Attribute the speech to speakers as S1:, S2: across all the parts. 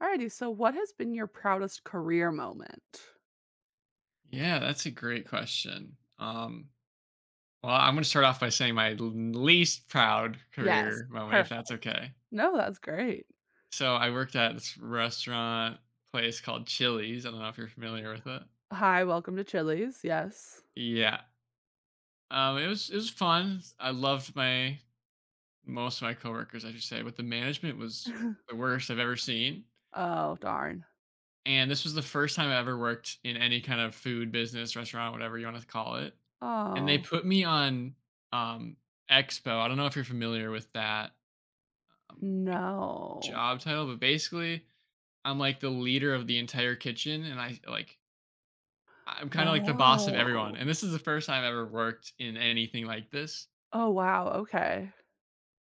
S1: Alrighty, so what has been your proudest career moment?
S2: Yeah, that's a great question. Well, I'm going to start off by saying my least proud
S1: Yes,
S2: career moment, if that's
S1: perfect.
S2: okay.
S1: No, that's great.
S2: So I worked at this restaurant place called Chili's. I don't know if you're familiar with it.
S1: Hi, welcome to Chili's. Yes.
S2: Yeah. It was fun. I loved my most of my coworkers, I should say, but the management was the worst I've ever seen.
S1: Oh, darn.
S2: And this was the first time I ever worked in any kind of food business, restaurant, whatever you want to call it. And they
S1: Oh,
S2: put me on um, Expo. I don't know if you're familiar with that like
S1: no.
S2: job title, but basically, I'm like the leader of the entire kitchen, and I'm kind of like the boss of everyone.
S1: Oh.
S2: And this is the first time I've ever worked in anything like this.
S1: Oh, wow, okay.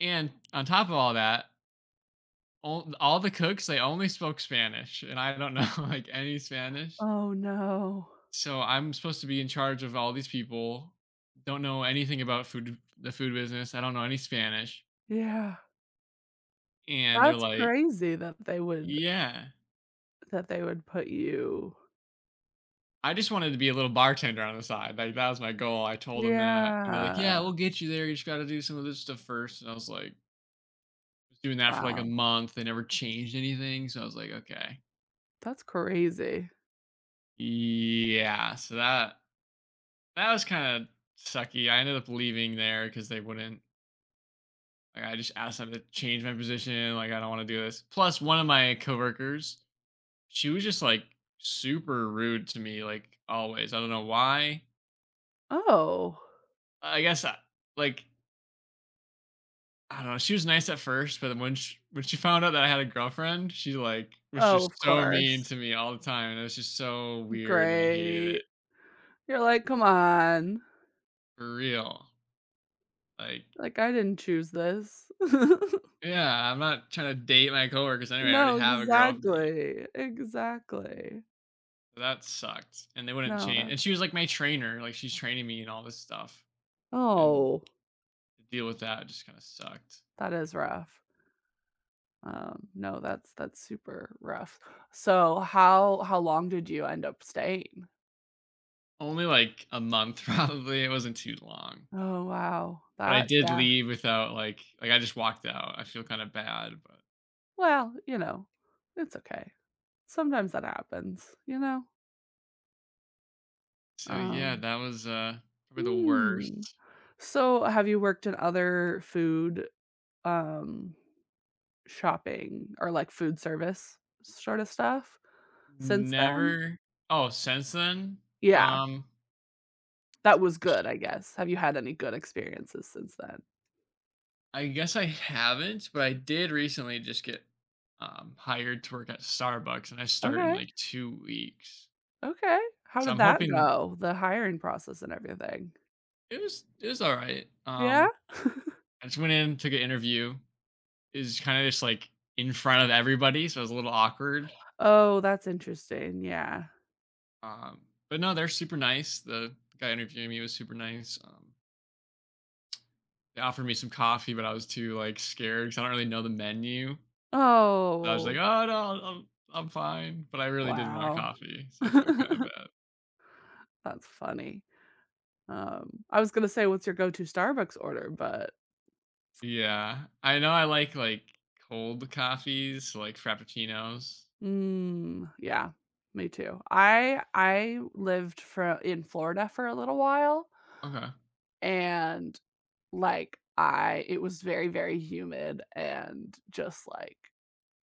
S2: And on top of all that, all the cooks they only spoke Spanish, and I don't know like any Spanish.
S1: Oh, no.
S2: So I'm supposed to be in charge of all these people. Don't know anything about food, the food business. I don't know any Spanish.
S1: Yeah.
S2: And they're
S1: That's
S2: like,
S1: crazy that they would
S2: yeah.
S1: put you.
S2: I just wanted to be a little bartender on the side. Like that was my goal. I told them that, and they're like, "Yeah,
S1: Yeah.
S2: we'll get you there. You just got to do some of this stuff first.' And I was like, was doing that for like a
S1: Wow.
S2: month. They never changed anything, so I was like, okay,
S1: That's crazy.
S2: yeah. So that was kind of sucky. I ended up leaving there because they wouldn't. Like I just asked them to change my position. Like I don't want to do this. Plus, one of my coworkers, she was just like super rude to me, like always. I don't know why.
S1: Oh.
S2: I guess like I don't know. She was nice at first, but then when when she found out that I had a girlfriend, she like was
S1: Oh, of
S2: just so mean
S1: course.
S2: to me all the time, and it was just so weird, and I hated it
S1: Great. You're like, "Come on.
S2: for real. Like,
S1: Like, I didn't choose this."
S2: yeah, I'm not trying to date my coworkers anyway. I already
S1: No,
S2: have a girlfriend.
S1: exactly, exactly.
S2: That sucked, and they wouldn't
S1: No,
S2: change
S1: that
S2: and she was, like, my trainer, like, she's training me and all this stuff, and
S1: Oh,
S2: to deal with that just kinda sucked.
S1: that is rough. No, that's super rough. So, how long did you end up staying?
S2: Only, like, a month probably, it wasn't too long,
S1: Oh, wow.
S2: but I
S1: That,
S2: did
S1: yeah.
S2: leave without, I just walked out. I feel kinda bad, but
S1: Well, you know, it's okay. Sometimes that happens, you know?
S2: so, yeah,
S1: Um,
S2: that was, probably the
S1: mm.
S2: worst.
S1: So, have you worked in other food, um shopping or, like, food service sort of stuff since then?
S2: Never oh, since then?
S1: Yeah,
S2: Um, that's a
S1: that
S2: good
S1: was good,
S2: question.
S1: I guess. Have you had any good experiences since then?
S2: I guess I haven't, but I did recently just get, hired to work at Starbucks, and I start in,
S1: Okay,
S2: like, 2 weeks.
S1: okay. How
S2: So
S1: did
S2: I'm
S1: that
S2: hoping
S1: go? The hiring process and everything?
S2: it was alright.
S1: Yeah?
S2: I just went in, took an interview. Is kinda just, like, in front of everybody, so it was a little awkward.
S1: Oh, that's interesting, yeah.
S2: Um, but no, they're super nice. The guy interviewing me was super nice. They offered me some coffee, but I was too, like, scared because I don't really know the menu. I was like,
S1: Oh,
S2: "Oh, no, I'm fine," but I really did want
S1: wow.
S2: coffee, so I feel kinda bad.
S1: That's funny. I was gonna say, what's your go-to Starbucks order, but
S2: Yeah. I know like, cold coffees, like frappuccinos.
S1: mm, yeah, me too. I lived for in Florida for a little while,
S2: Okay.
S1: and, like, I it was very, very humid and just, like,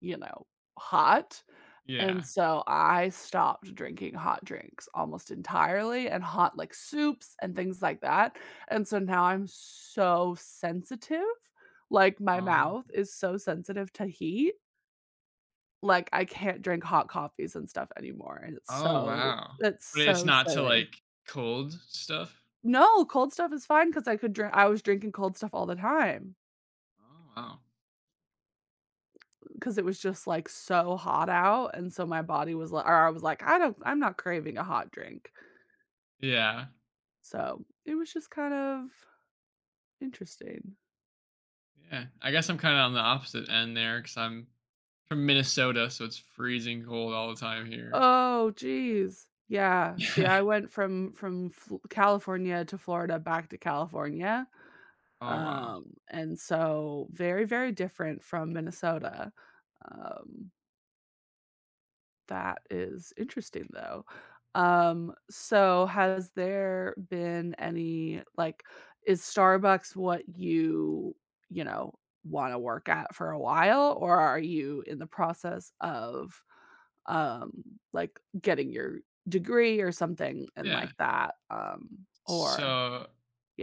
S1: you know, hot,
S2: Yeah.
S1: and so I stopped drinking hot drinks almost entirely and hot, like, soups and things like that, and so now I'm so sensitive, like, my
S2: Um,
S1: mouth is so sensitive to heat like, I can't drink hot coffees and stuff anymore, and it's
S2: oh,
S1: so
S2: wow.
S1: it's
S2: But it's
S1: so
S2: not to,
S1: silly.
S2: like, cold stuff.
S1: No, cold stuff is fine because I was drinking cold stuff all the time
S2: Oh, wow.
S1: because it was just, like, so hot out, and so my body was like, or I was like, I'm not craving a hot drink."
S2: Yeah.
S1: So, it was just kind of interesting.
S2: Yeah. I guess I'm kinda on the opposite end there because 'cause I'm from Minnesota, so it's freezing cold all the time here.
S1: Oh, geez, yeah, see,
S2: Yeah.
S1: I went from Fl California to Florida back to California.
S2: Oh, wow.
S1: And so very, very different from Minnesota. Um, that is interesting though. So has there been any like is Starbucks what you want to work at for a while, or are you in the process of um like getting your degree or something, and like
S2: Yeah.
S1: that, or
S2: So,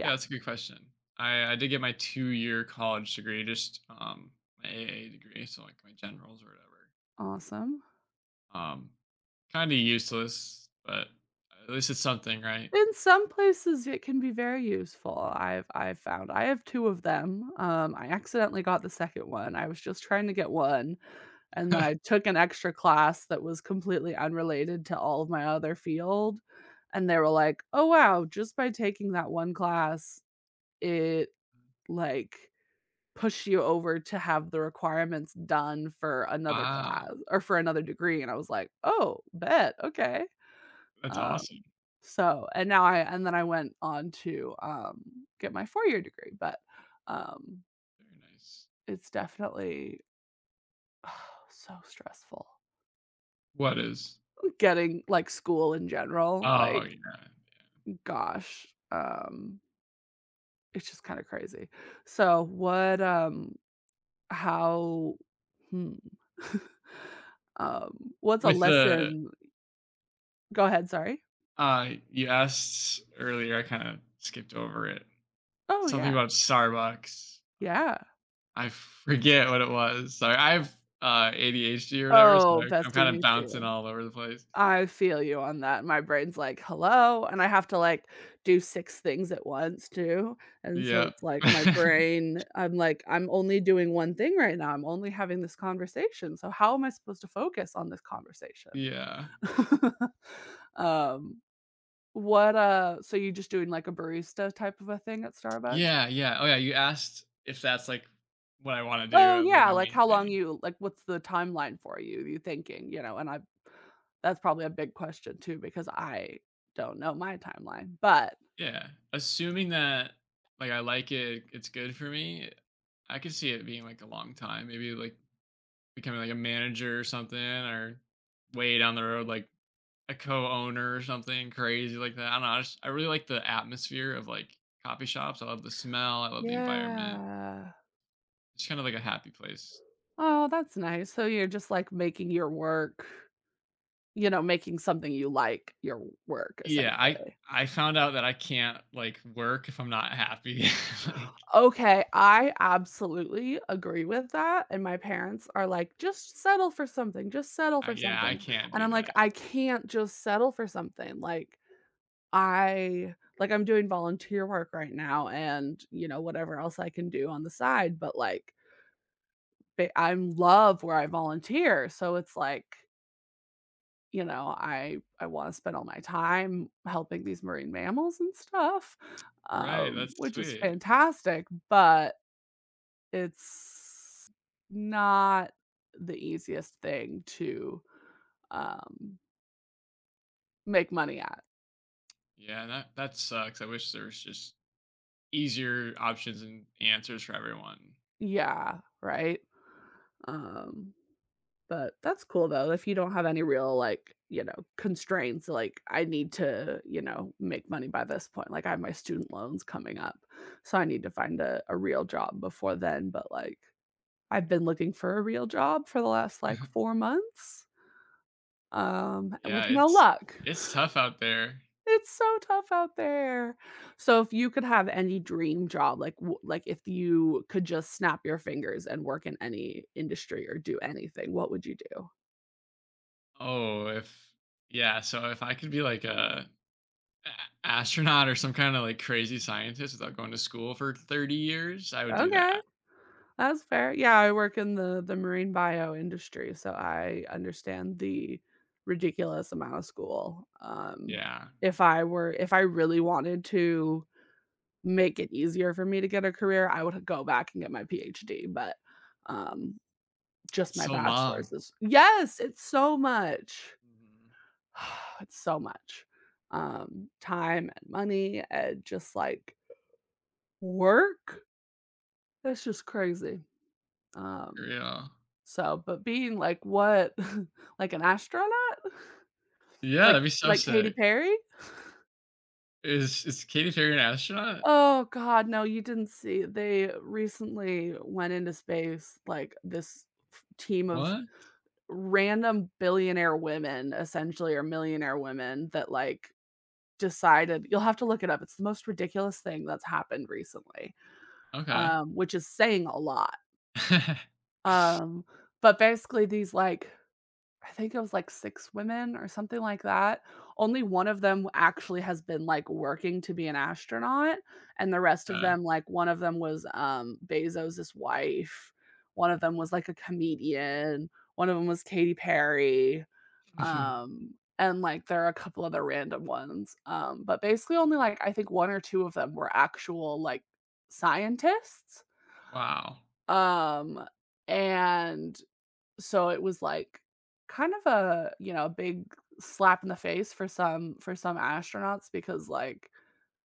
S2: yeah, that's a good question. I did get my two-year college degree, just, my AA degree, so, like, my generals or whatever.
S1: Awesome.
S2: Um, kinda useless, but at least it's something, right?
S1: In some places, it can be very useful, I've found. I have two of them. I accidentally got the second one, I was just trying to get one, and then I took an extra class that was completely unrelated to all of my other field, and they were like, "Oh, wow, just by taking that one class, it, like, pushed you over to have the requirements done for another class
S2: Wow.
S1: or for another degree," and I was like, "Oh, bet, okay."
S2: That's
S1: Um,
S2: awesome.
S1: so and then I went on to, get my four-year degree, but, um,
S2: Very nice.
S1: it's definitely so stressful.
S2: What is?
S1: Getting, like, school in general,
S2: Oh,
S1: like,
S2: yeah.
S1: gosh, um, it's just kinda crazy. So what, how, hmm. What's a
S2: With the
S1: lesson go ahead, sorry.
S2: you asked earlier, I kind of skipped over it.
S1: Oh,
S2: Something
S1: yeah.
S2: about Starbucks.
S1: Yeah.
S2: I forget what it was. Sorry, I have ADHD or whatever, so
S1: Oh,
S2: I'm
S1: bestie,
S2: kind of
S1: me
S2: bouncing
S1: too.
S2: all over the place.
S1: I feel you on that. My brain's like, "Hello?" And I have to, like, do six things at once too, and so
S2: Yeah.
S1: it's like my brain I'm like, "I'm only doing one thing right now. I'm only having this conversation, so how am I supposed to focus on this conversation?"
S2: Yeah.
S1: Um, what, so you just doing, like, a barista type of a thing at Starbucks?
S2: Yeah, yeah. Oh, yeah, you asked if that's, like, what I wanna do. That
S1: Oh,
S2: was, like,
S1: yeah,
S2: my
S1: like,
S2: main
S1: how long
S2: thing.
S1: you like, what's the timeline for you, you thinking, you know? And I that's probably a big question too because I don't know my timeline, but
S2: Yeah, assuming that, like, I like it, it's good for me, I could see it being, like, a long time, maybe, like, becoming, like, a manager or something or way down the road, like, a co-owner or something crazy like that, I don't know, I just I really like the atmosphere of, like, coffee shops, I love the smell, I love the environment,
S1: yeah.
S2: it's kind of like a happy place.
S1: Oh, that's nice. So you're just, like, making your work making something you like your work,
S2: Yeah, I
S1: essentially.
S2: I found out that I can't, like, work if I'm not happy, like,
S1: Okay, I absolutely agree with that, and my parents are like, "Just settle for something, just settle
S2: I
S1: for
S2: yeah, I
S1: something."
S2: can't
S1: And
S2: do
S1: I'm like,
S2: that.
S1: "I can't just settle for something." Like, I like, I'm doing volunteer work right now and, whatever else I can do on the side, but, like, ba I'm love where I volunteer, so it's like I wanna spend all my time helping these marine mammals and stuff,
S2: Right, that's
S1: which is
S2: sweet.
S1: fantastic, but it's not the easiest thing to, um, make money at.
S2: Yeah, that sucks. I wish there was just easier options and answers for everyone.
S1: Yeah, right? Um, but that's cool though if you don't have any real, like, constraints, like, "I need to, make money by this point." Like, I have my student loans coming up, so I need to find a real job before then, but, like, I've been looking for a real job for the last, like, 4 months,
S2: Yeah,
S1: with no
S2: it's
S1: luck.
S2: it's tough out there.
S1: It's so tough out there. So if you could have any dream job, like, w like, if you could just snap your fingers and work in any industry or do anything, what would you do?
S2: Oh, if yeah, so if I could be like a- astronaut or some kind of like crazy scientist without going to school for 30 years, I would do
S1: Okay,
S2: that.
S1: that's fair. Yeah, I work in the marine bio industry, so I understand the ridiculous amount of school.
S2: Yeah.
S1: If I really wanted to make it easier for me to get a career, I would go back and get my PhD, but, um, just
S2: It's
S1: my
S2: so long.
S1: bachelor's is yes, it's so much.
S2: Mhm.
S1: It's so much, time and money and just, like, work. That's just crazy,
S2: For
S1: um,
S2: real.
S1: so but being like, what? Like an astronaut?
S2: Yeah,
S1: Like
S2: that'd be so
S1: like Katy
S2: sick.
S1: Perry?
S2: Is Katy Perry an astronaut?
S1: Oh god, no, you didn't see they recently went into space, like, this f team of
S2: What?
S1: random billionaire women essentially, or millionaire women that like decided you'll have to look it up. It's the most ridiculous thing that's happened recently,
S2: Okay.
S1: which is saying a lot. Um, but basically, these like I think it was like six women or something like that. Only one of them actually has been, like, working to be an astronaut, and the rest of
S2: yeah.
S1: them, like, one of them was, Bezos's wife, one of them was, like, a comedian, one of them was Katy Perry, and, like, there are a couple other random ones, but basically only, like, I think one or two of them were actual, like, scientists,
S2: wow.
S1: um, and so it was like kind of a, a big slap in the face for some astronauts because like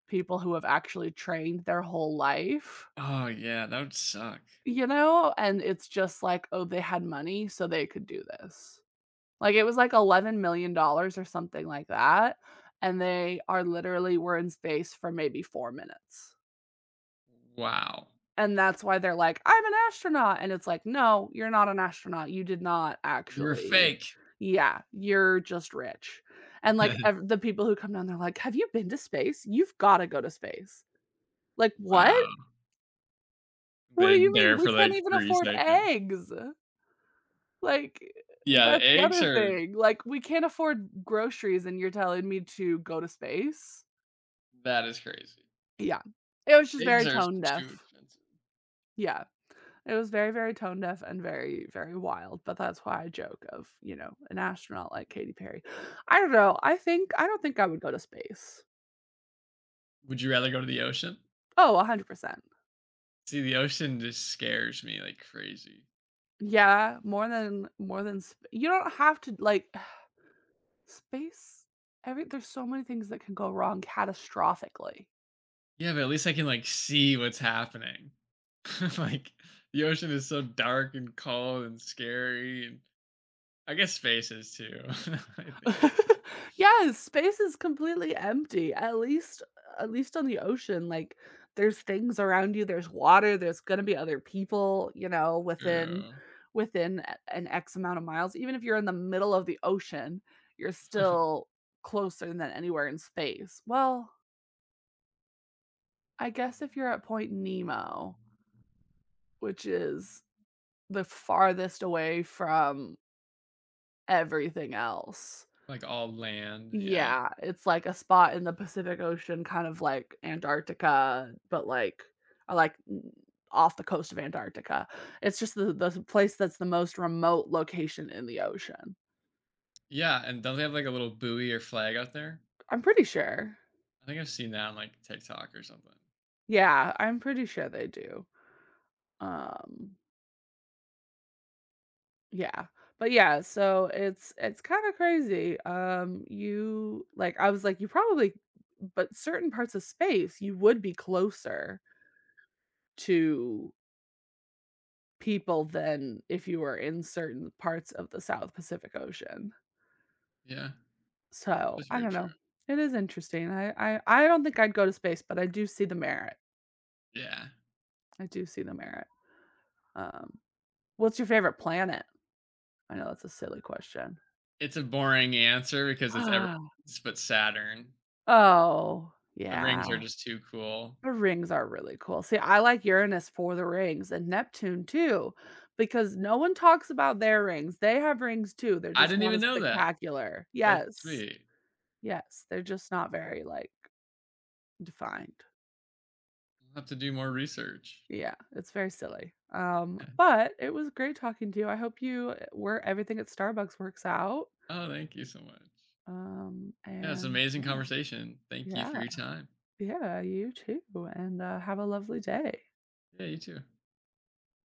S1: people who have actually trained their whole life,
S2: Oh, yeah, that would suck.
S1: you know, and it's just like, oh, they had money so they could do this. Like it was like $11 million dollars or something like that, and they are literally were in space for maybe 4 minutes.
S2: Wow.
S1: And that's why they're like, "I'm an astronaut," and it's like, "No, you're not an astronaut, you did not
S2: You're a
S1: actually
S2: fake.
S1: yeah, you're just rich." And, like, ev the people who come down, they're like, "Have you been to space? You've gotta go to space." Like, "What?
S2: Wow.
S1: What do
S2: They're
S1: you mean?
S2: there
S1: We
S2: for,
S1: can't
S2: like,
S1: even
S2: 3
S1: afford
S2: seconds.
S1: eggs." Like,
S2: Yeah, the
S1: that's the
S2: eggs
S1: other
S2: are
S1: thing, like, we can't afford groceries, and you're telling me to go to space?
S2: that is crazy.
S1: Yeah. It was just
S2: Eggs
S1: very
S2: are
S1: tone
S2: too
S1: deaf.
S2: expensive.
S1: Yeah. It was very, very tone deaf and very, very wild, but that's why I joke of, an astronaut like Katy Perry. I don't know, I don't think I would go to space.
S2: Would you rather go to the ocean?
S1: Oh, 100%.
S2: See, the ocean just scares me like crazy.
S1: Yeah, more than sp you don't have to, like space, every there's so many things that can go wrong catastrophically.
S2: Yeah, but at least I can, like, see what's happening. Like, the ocean is so dark and cold and scary, and I guess space is too. I think about that.
S1: Yes, space is completely empty, at least on the ocean, like, there's things around you, there's water, there's gonna be other people, within
S2: Yeah.
S1: a an X amount of miles, even if you're in the middle of the ocean, you're still closer than anywhere in space. Well, I guess if you're at Point Nemo, which is the farthest away from everything else.
S2: Like, all land, yeah.
S1: Yeah, it's like a spot in the Pacific Ocean, kind of like Antarctica, but like or like n off the coast of Antarctica. It's just the place that's the most remote location in the ocean.
S2: Yeah, and don't they have, like, a little buoy or flag out there?
S1: I'm pretty sure.
S2: I think I've seen that on, like, TikTok or something.
S1: Yeah, I'm pretty sure they do. Um, yeah. But yeah, so it's kinda crazy. You like, I was like, you probably but certain parts of space, you would be closer to people than if you were in certain parts of the South Pacific Ocean.
S2: Yeah, that
S1: So,
S2: is
S1: I
S2: very
S1: don't
S2: true.
S1: know. It is interesting. I don't think I'd go to space, but I do see the merit.
S2: Yeah.
S1: I do see the merit. Um, what's your favorite planet? I know that's a silly question.
S2: It's a boring answer because it's ever but Saturn.
S1: Oh,
S2: The rings are
S1: yeah.
S2: just too cool.
S1: The rings are really cool. See, I like Uranus for the rings and Neptune too, because no one talks about their rings. They have rings too. They're
S2: I
S1: just
S2: didn't
S1: not
S2: even
S1: as
S2: know that.
S1: spectacular.
S2: That's
S1: Yes.
S2: sweet.
S1: Yes. They're just not very like defined.
S2: I'll have to do more research.
S1: Yeah, it's very silly.
S2: Yeah.
S1: But it was great talking to you. I hope you, where everything at Starbucks works out.
S2: Oh, thank you so much. Yeah, it's an
S1: And
S2: amazing
S1: yeah,
S2: conversation. Thank you for
S1: yeah,
S2: your time.
S1: yeah, you too. And have a lovely day.
S2: Yeah, you too.